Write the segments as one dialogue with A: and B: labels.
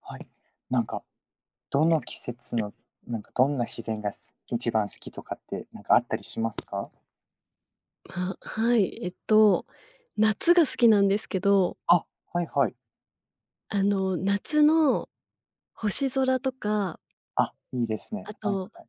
A: はい。なんか、どの季節の、なんか、どんな自然が一番好きとかって、なんかあったりしますか？
B: あ、はい、夏が好きなんですけど、
A: あ、はいはい。
B: 夏の星空とか、
A: あ、いいですね。
B: あ
A: はい
B: と、
A: はい。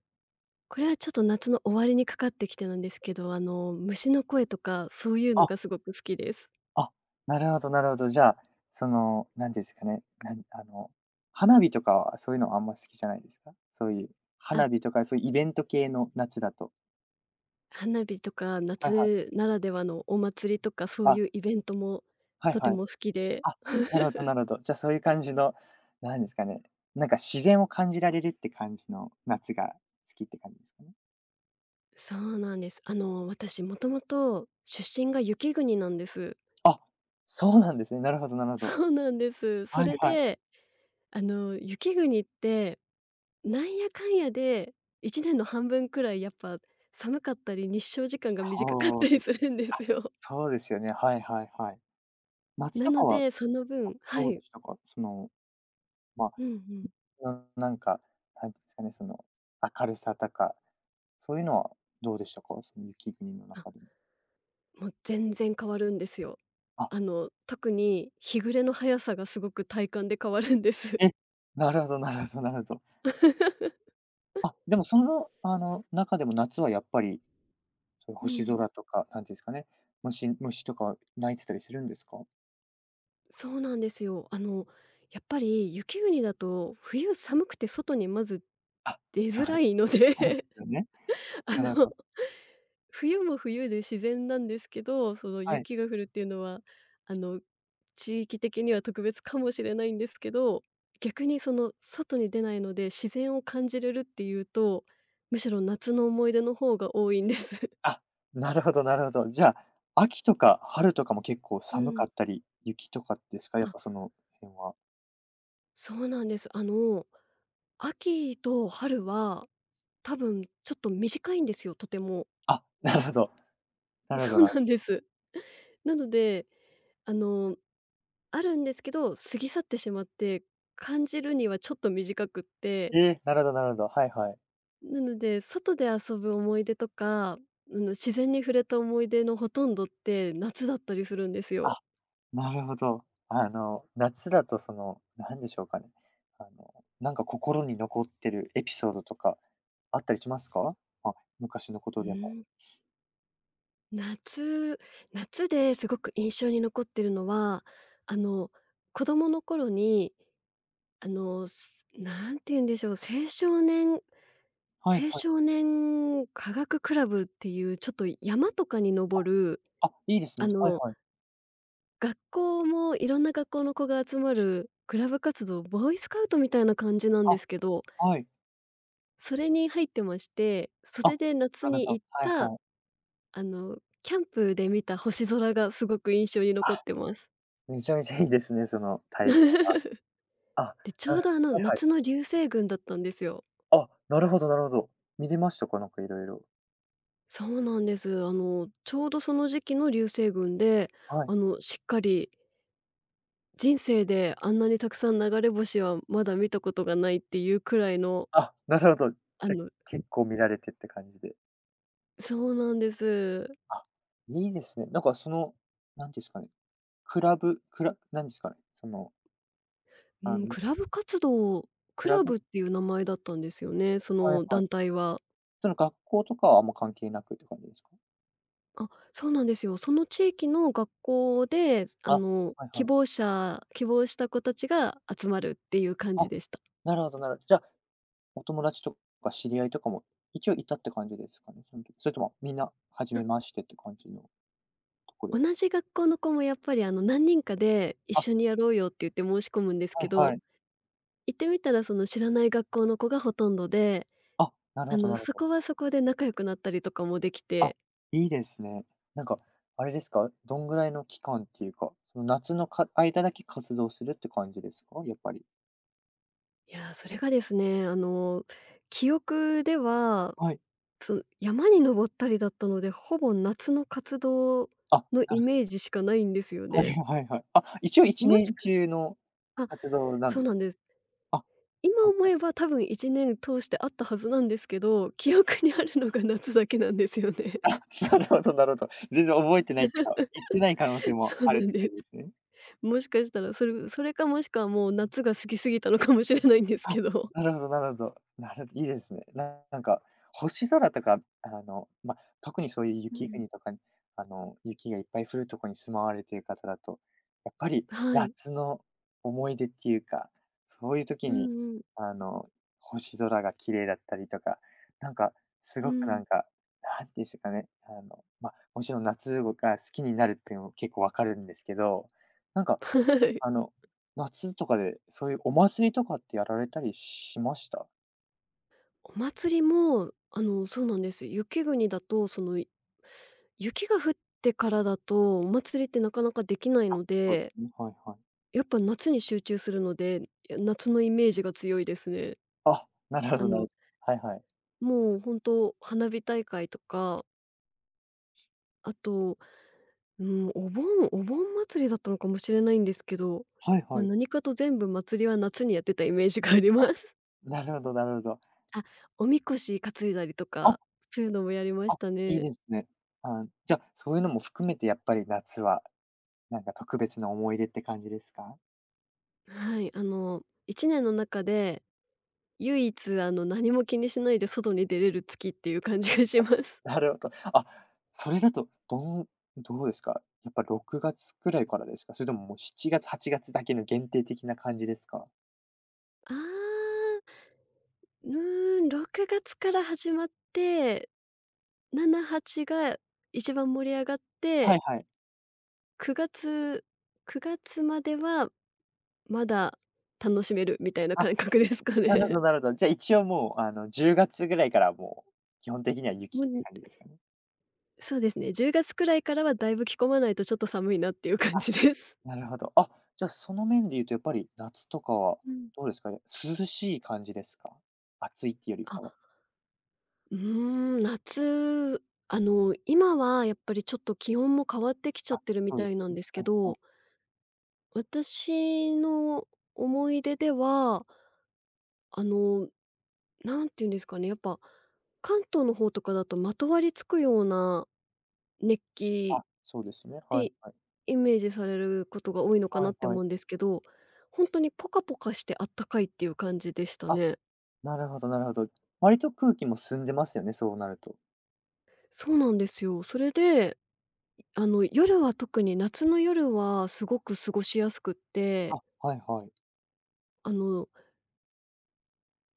B: これはちょっと夏の終わりにかかってきてなんですけど、虫の声とか、そういうの
A: あ、
B: がすごく好きです。
A: あ、なるほどなるほど。じゃあ、その、なんていうんですかね、あの、花火とかはそういうのはあんま好きじゃないですか？そういう、
B: あ、
A: 花火とかそういうイベント系の夏だと。
B: 花火とか、
A: はいはい。
B: 夏ならではのお祭りとか、そう
A: あ、
B: いうイベントも
A: はい
B: とて
A: はい。
B: も好きで。
A: あ、なるほど なるほど。じゃ、あそういう感じの、なんですかね、なんか自然を感じられるって感じの夏が好きって感じですかね？
B: そうなんです。私もともと出身が雪国なんです。
A: あ、そうなんですね。なるほどなるほど。
B: そうなんです。そ
A: はい
B: れ
A: はい。
B: で、雪国ってなんやかんやで、1年の半分くらいやっぱ寒かったり、日照時間が短かっ
A: そ
B: た
A: う
B: り
A: です。
B: するんで
A: あ、
B: すよ。
A: そうですよね。はいはいはい。夏
B: な
A: とか
B: の
A: は
B: で、その分は
A: どうで
B: い。
A: したか？その、まあ、
B: うんうん。
A: なんか、なんていうんですかね、その、明るさとか、そういうのはどうでしたか？その雪国の
B: あ、
A: 中でも。
B: もう全然変わるんですよ。
A: あ、
B: 特に日暮れの早さがすごく体感で変わるんです。
A: え、なるほどなるほどなるほど。あ、でもその、あの、中でも夏はやっぱり、そういう
B: う
A: 星
B: ん、
A: 空とか、なんていうんですかね、虫とか鳴いてたりするんですか？
B: そうなんですよ。やっぱり雪国だと冬寒くて外にまず
A: あ、
B: 出
A: そ
B: づ
A: う、
B: らいの
A: そうで
B: で
A: すよね。
B: あ
A: なるほ
B: の、
A: ど。
B: 冬も冬で自然なんですけど、その
A: はい。
B: 雪が降るっていうのは、あの、地域的には特別かもしれないんですけど、逆にその外に出ないので、自然を感じれるっていうと、むしろ夏の思い出の方が多いんです。
A: あ、なるほどなるほど。じゃあ、秋とか春とかも結構
B: う
A: 寒か
B: ん。
A: ったり、雪とかですか？やっぱそ
B: あ、
A: の辺は。
B: そうなんです。秋と春は多分ちょっと短いんですよ、とても。
A: あ、なるほど。な るほ
B: そ
A: ど
B: う
A: な
B: なんです。なので、あのあるんですけど、過ぎ去ってしまって、感じるにはちょっと短くって、
A: ええ、なるほどなるほど。はいはい。
B: なので、外で遊ぶ思い出とか、自然に触れた思い出のほとんどって、夏だったりするんですよ。
A: あ、なるほど。あの、夏だとその、なんでしょうかね。あの、なんか心に残ってるエピソードとかあったりしますか？あ、昔のこ
B: う
A: とでも。
B: ん、夏夏ですごく印象に残ってるのは、あの、子供の頃に、あの、すなんて言うんでしょう、青少年
A: はい
B: 青
A: は
B: 少
A: い。
B: 年科学クラブっていうちょっと山とかに
A: あ、
B: 登る、
A: あ、いいです
B: あ
A: ね。はい
B: の
A: はい。
B: 学校もいろんな学校の子が集まるクラブ活動、ボーイスカウトみたいな感じなんで
A: あ、
B: すけど、
A: はい。
B: それに入ってまして、そ
A: あ、
B: れで夏
A: なる
B: に
A: ほど。
B: 行っ
A: はい
B: た、
A: はい。
B: あの、キャンプで見た星空がすごく印象に
A: あ、
B: 残ってます。
A: めちゃめちゃいいですね、その 体験。あ、
B: で、ち
A: な
B: ょ
A: る
B: うど
A: はいはい。
B: 夏の流星群だったんですよ。
A: あ、なるほどなるほど。見れましたか？なんかいろいろ
B: そうなんです。ちょうどその時期の流星群で、
A: はい。
B: しっかり人生であんなにたくさん流れ星はまだ見たことがないっていうくらいの、
A: あ、なるほど。
B: あ
A: じゃ、
B: の
A: 結構見られてって感じで。
B: そうなんです。
A: あ、いいですね。なんかその、なんていうんですかね、クラブなんですかね、その、
B: う
A: あ
B: ん、
A: の、ク
B: ク
A: ラ
B: ラ
A: ブ
B: ブっていう名前だったんですよね、そ
A: はい
B: の
A: はい。
B: 団体は。
A: その学校とかはあんま関係なくって感じですか？
B: あ、そうなんですよ。その地域の学校で、
A: あ、はいはい。
B: 希望した子たちが集まるっていう感
A: あ、
B: じでした。
A: なるほどなるじゃ、お友達とか知り合いとかも一応いたって感じですかね？その時。それともみんな初
B: あ、
A: めましてって感じのとこですか？
B: 同じ学校の子もやっぱり、何人かで一
A: あ、
B: 緒にやろうよって言って申し込むんです
A: は
B: け
A: いは
B: ど、
A: い。
B: 行ってみたらその知らない学校の子がほとんどで、
A: あ、なるほどなる
B: そ
A: ほ
B: こ
A: ど。
B: はそこで仲良くなったりとかもでき
A: あ、
B: て、
A: いいですね。なんか、あれですか、どんぐらいの期間っていうか、その夏の間だけ活動するって感じですか？やっぱり。
B: いやー、それがですね、記憶では
A: はい。
B: 山に登ったりだったので、ほぼ夏の活動
A: あ、
B: の
A: な
B: イ
A: る
B: メージしかないんですよ
A: ほど
B: ね。
A: はいはいはい。あ、一応1
B: もし
A: 年
B: かし
A: 中の
B: あ、
A: 活動なん
B: そう
A: です。
B: なんです。
A: あ、
B: 今
A: あ、
B: 思 えば多分1年通してあったはずなんですけど、記憶にあるのが夏だけなんですよね。
A: あ、なるほどなるほど。全然覚えてないっていうか、行ってない可能性 も
B: そう
A: あ
B: な
A: るっ
B: ん
A: て
B: で
A: 感
B: す。
A: じですね。
B: もしかしたら、それかもしくはもう夏が過ぎすぎたのかもしれないんです
A: あ、
B: けど。
A: なるほどなるほど。いいですね。なんか、星空とか、あの、ま、特にそういう
B: う
A: 雪
B: ん。
A: 国とかに、あの、雪がいっぱい降るとこに住まわれている方だと、やっぱり
B: はい。
A: 夏の思い出っていうか、そういう時
B: う
A: に、
B: んうん。
A: あの、星空が綺麗だったりとか、なんか、す
B: う
A: ごくな
B: ん。
A: んか、なんていうんですかね、あの、ま、もちろん夏が好きになるっていうのも結構わかるんですけど、なんか、
B: はい。
A: あの夏とかで、そういうお祭りとかってやられたりしました？
B: お祭りも、そうなんです。雪国だと、その雪が降ってからだと、お祭りってなかなかできないの
A: そうで
B: で、
A: すね、はいはい。
B: やっぱ夏に集中するので、夏のイメージが強いですね。
A: あ、なるほ
B: あ
A: どな
B: の、
A: るはいはい。
B: もう本当花火大会とか、あと、うん、お盆祭りだったのかもしれないんですけど、
A: はい
B: まあ、
A: はい。
B: 何かと全部祭りは夏にやってたイメージがあり
A: あ、
B: ます。
A: なるほどなるほど。
B: あ、おみこし担いだりと
A: あ、
B: か、そういうのもやりまし
A: あ、
B: た
A: いい
B: ね。
A: ですね。あ、じゃ、そういうのも含めてやっぱり夏は、なんか特別な思い出って感じですか？
B: はい、1年の中で唯一、何も気にしないで外に出れる月っていう感じがします。
A: なるほど。あ、それだと、どうですか？やっぱ6月くらいからですか？それとももう7月、8月だけの限定的な感じですか？
B: あー、うーん、6月から始まって、7、8が一番盛り上がっ
A: は
B: て、
A: いはい。
B: 9月9月まではまだ楽しめるみたいな
A: あ
B: 感覚ですか
A: なるほ
B: ね。
A: どなるほど。じゃあ一応もう、あの、10月ぐらいからもう、基本的には 雪
B: も
A: って
B: う、
A: 感じですかね？
B: そうですね、10月くらいからはだいぶ着込まないとちょっと寒いなっていう感
A: あ、
B: じです。
A: なるほど。あ、じゃあその面で言うとやっぱり夏とかは
B: うん。
A: どうですかね、涼しい感じですか？暑いっていうより
B: あ、
A: かは。
B: うーん、今はやっぱりちょっと気温も変わってきちゃっ
A: あ、
B: てるみ
A: そう
B: た
A: で
B: い
A: すよ
B: なん
A: ね。
B: ですけ
A: はいは
B: ど、
A: い。
B: 私の思い出では、あの、なんていうんですかね、やっぱ、関東の方とかだとまとわりつくような熱気
A: あ、そうですね。
B: っ
A: はい
B: て
A: はい。
B: イメージされることが多いのか
A: は
B: なっ
A: い
B: て
A: は
B: 思
A: い。
B: うんですけど、本当にポカポカしてあったかいっていう感じでした
A: あ、
B: ね。
A: なるほどなるほど。割と空気も澄んでますよね、そうなると。
B: そうなんですよ。それで夜は特に夏の夜はすごく過ごしやすくっ
A: あ、
B: て、
A: はいはい。
B: あの、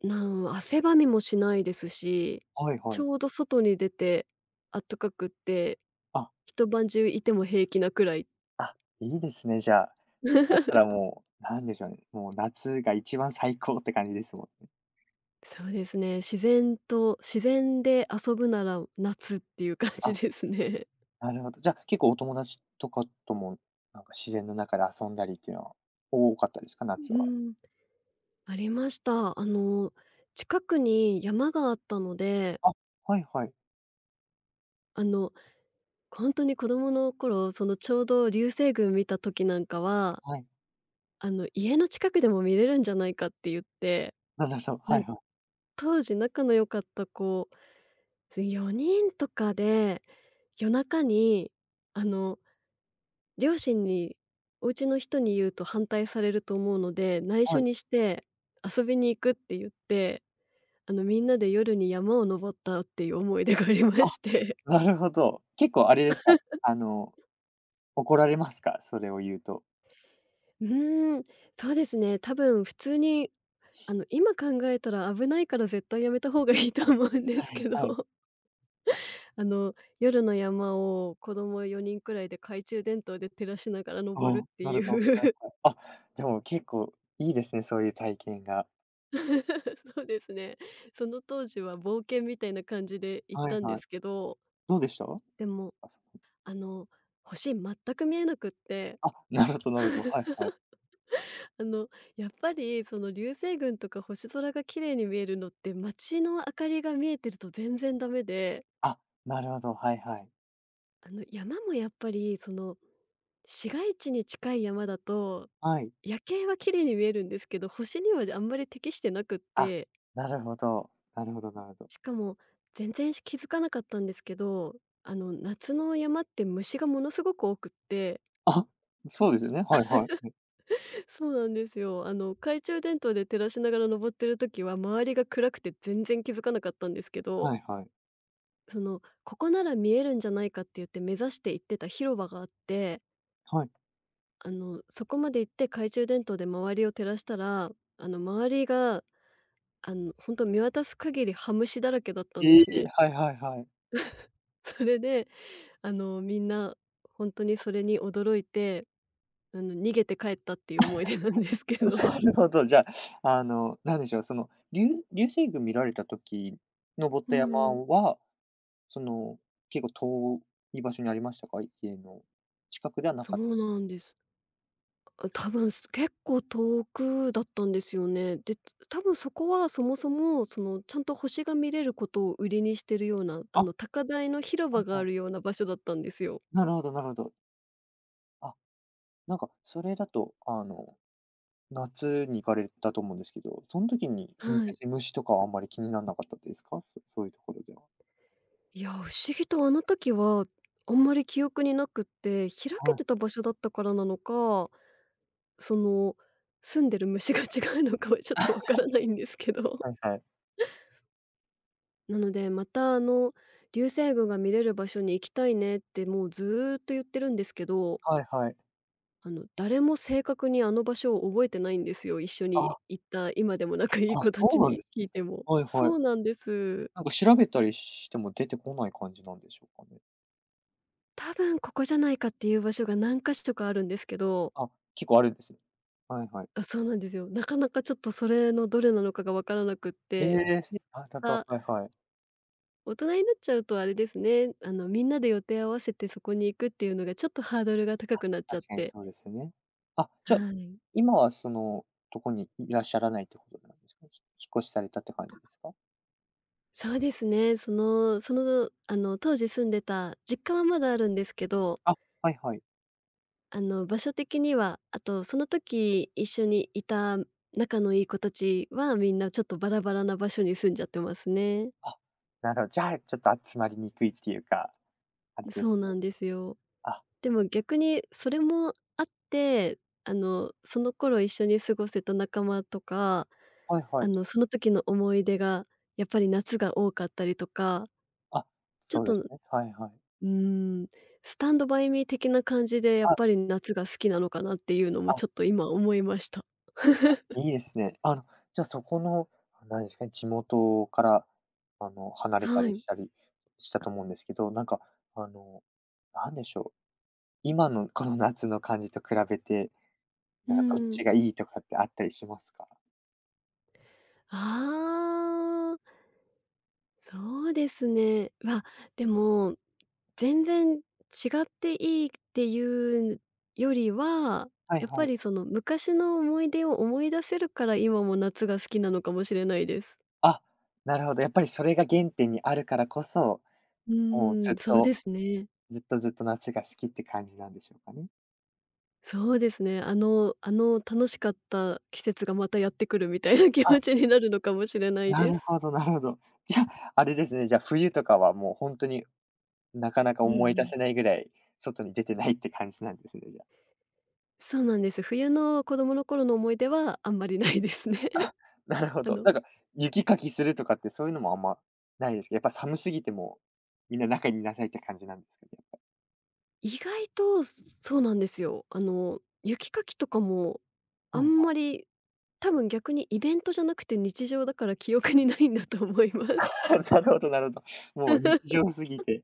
B: 汗ばみもしないですし、
A: はいは
B: ち
A: い。
B: ょうど外に出てあったかくって、
A: あ、
B: 一晩中いても平気なくらい。
A: あ、いいですね、じゃあ。それだったら もう、なんでしょうね、もう夏が一番最高って感じですもんね。
B: そうですね、自然で遊ぶなら夏っていう感じ
A: あ
B: ですね。
A: なるほど。じゃ、あ結構お友達とかとも、なんか自然の中で遊んだりっていうのは多かったですか？夏
B: う
A: は。
B: ん、ありました。近くに山があったので、
A: あ、はいはい。
B: あのほんとに子供の頃、ちょうど流星群見た時なんかは、
A: はい。
B: 家の近くでも見れるんじゃないかって言って、
A: なるほど。
B: な
A: は
B: ん
A: いはい。
B: 当時仲の良かった子、4人とかで、夜中に、あの、両親にお家の人に言うと反対されると思うので、内緒
A: はい。
B: にして遊びに行くって言って、みんなで夜に山を登ったっていう思い出がありま
A: あ、
B: して。
A: なるほど。結構あれですか、あの、怒られますか？それを言うと。
B: うーん、そうですね、多分普通に今考えたら危ないから絶対やめた方がいいと
A: あ、
B: 思うんで
A: は
B: す
A: い
B: けど、
A: はい。
B: あの、夜の山を子供4人くらいで懐中電灯で照らしながら登る
A: お
B: って
A: なると、は
B: い
A: い
B: う
A: はい。あ、でも結構いいですね、そういう体験が。
B: そうですね。その当時は冒険みたいな感じで行っ
A: はい
B: たんで
A: はい。
B: すけど、
A: どうでした？あ、
B: でも、
A: そこ。
B: あの、星全く見えなくって、
A: あ、なるほどなるほど。はいはい。
B: あの、やっぱりその流星群とか星空が綺麗に見えるのって街の明かりが見えてると全然ダメで、
A: あ、なるほど、はいはい。
B: 山もやっぱりその市街地に近い山だと、
A: はい。
B: 夜景は綺麗に見えるんですけど、星にはあんまり適してなくっ
A: あ、
B: て、
A: なるほど。なるほどなるほど。
B: しかも全然気づかなかったんですけど、あの夏の山って虫がものすごく多くって、
A: あ、そうですよね。はいはい。
B: そうなんですよ。懐中電灯で照らしながら登ってる時は周りが暗くて全然気づかなかったんですけど、ここなら見えるんじゃないかって言って目指して行ってた広場があって、そこまで行って懐中電灯で周りを照らしたら、周りが本当見渡す限りハムシだらけだっ
A: はいはいは
B: た
A: い。
B: んで
A: ええ
B: すね。
A: はいはいはい
B: それで、みんな本当にそれに驚いて、逃げて帰ったっていう思い出なんですけど。
A: な るほど、じゃあ、あの、なんでしょう、その、りゅう流星群見られた時、登っ
B: う
A: た山
B: ん。
A: は、その、結構遠い場所にありましたか？家の近くではな
B: そ
A: かった。
B: うなんです。あ、多分結構遠くだったんですよね。で、多分そこはそもそも、ちゃんと星が見れることを売りにしてるような、
A: あ、
B: 高台の広
A: は
B: 場
A: い
B: が
A: は
B: あ
A: い。
B: るような場所だったんですよ。
A: なるほどなるほど。あ、なんかそれだと、あの、夏に行かれたと思うんですけど、そん時に、うん、
B: はい。
A: 別に虫とかはあんまり気になんなかったですか？そういうところでは。
B: いや、不思議とあの時は、あんまり記憶になくって、開け
A: は
B: てた
A: い。
B: 場所だったからなのか、その、住んでる虫が違うのかはちょっとわか らないんですけど。
A: はいは い。
B: なので、また流星群が見れる場所に行きたいねって、もうずーっと言ってるんですけど、
A: はいはい。
B: 誰も正確にあの場所を覚えてないんですよ。一緒
A: あ
B: に
A: あ。
B: 行った今でも仲いい
A: あ、
B: 子た
A: そ
B: ち
A: うなん
B: に
A: です
B: 聞い
A: ね。
B: ても。
A: はいは
B: そ
A: い。
B: うなんです。
A: なんか調べたりしても出てこない感じなんでしょうかね？
B: 多分ここじゃないかっていう場所が何か所かあるんですけど
A: あ、結構あるんですね。はいはい。
B: あ、そうなんですよ。なかなかちょっとそれのどれなのかが分からなくっ
A: え
B: て、
A: え、
B: で、
A: なるほど、
B: あ、
A: はいはい。
B: 大人になっちゃうとあれですね、みんなで予定合わせてそこに行くっていうのがちょっとハードルが高
A: あ、
B: くなっちゃっ
A: 確かに
B: て。
A: そうですよね。あ、じゃあ、
B: はい。
A: 今はその、どこにいらっしゃらないってことなんですか？引っ越しされたって感じですか？
B: そうですね、当時住んでた実家はまだあるんですけど、
A: あ、はいはい。
B: 場所的には、あとその時一緒にいた仲のいい子たちはみんなちょっとバラバラな場所に住んじゃってますね。
A: あ、なるほど。じゃあ、ちょっと集まりにくいっていうか、あれで
B: そう
A: すね。
B: なんですよ。
A: あ、
B: でも逆にそれもあって、その頃一緒に過ごせた仲間とか、
A: はいはい。
B: その時の思い出がやっぱり夏が多かったりとか、
A: あ、
B: ちょっ
A: そうです
B: と、
A: ね。はいはい。
B: うーん、スタンドバイミー的な感じでやっ
A: あ、
B: ぱり夏が好きなのかなっていうのも
A: あ
B: ちょっと今思いました。
A: いいですね。あの、じゃあそこの、何ですかね、地元から、あの、離れた
B: は
A: り
B: い。
A: したりしたと思うんですけど、なんか、あの、なんでしょう、今のこの夏の感じと比べて、
B: う
A: なんかどっち
B: ん。
A: がいいとかってあったりしますか？
B: ああ、そうですね。でも全然違っていいっていうよりは、
A: はい
B: やっ
A: は
B: ぱ
A: い。
B: りその昔の思い出を思い出せるから今も夏が好きなのかもしれないです。
A: あ、なるほど、やっぱりそれが原点にあるからこそ、
B: う
A: もう
B: ー
A: ず
B: ん、
A: っ
B: そう
A: と、
B: ですね。
A: ずっとずっと夏が好きって感じなんでしょうかね。
B: そうですね。あの楽しかった季節がまたやってくるみたいな気
A: あ、
B: 持ちになるのかもしれない
A: な
B: で
A: る
B: す。
A: ほどなるほど。じゃあ、あれですね、じゃあ冬とかはもう本当になかなか
B: うんう
A: 思い出
B: ん。
A: せないぐらい、外に出てないって感じなんですね、じゃあ。
B: そうなんです。冬の子供の頃の思い出はあんまりないですね。
A: なるほ
B: あ
A: ど。
B: の、
A: なんか、雪かきするとかってそういうのもあんまないですけど、やっぱ寒すぎても、みんな中にいなさいって感じなんですかね？
B: 意外とそうなんですよ。雪かきとかもあ
A: はい
B: ん
A: はい。
B: まり多分逆にイベントじゃなくて日常だから記憶にないんだと思います。
A: なるほどなるほど。もう日常すぎて、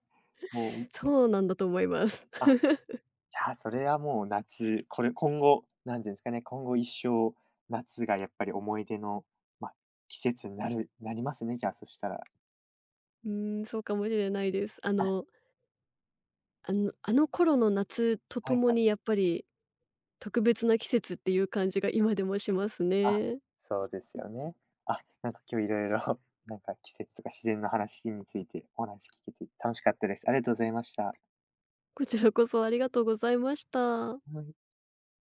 A: も う、ん、
B: そうなんだと思います。
A: あ、じゃあ、それはもう夏、これ今後、なんていうんですかね、今後一生、夏がやっぱり思い出の、まあ、季節になりますね、じゃあ、そしたら。
B: うーん、そうかもしれないです。
A: あ、
B: あの頃の夏と
A: は
B: と
A: い
B: も
A: は
B: に
A: い。
B: やっぱり特別な季節っていう感じが今でもします
A: あ、
B: ね。
A: そうですよね。あ、なんか今日いろいろ、なんか季節とか自然の話についてお話聞けて楽しかったです。ありがとうございました。
B: こちらこそありがとうございました。
A: はい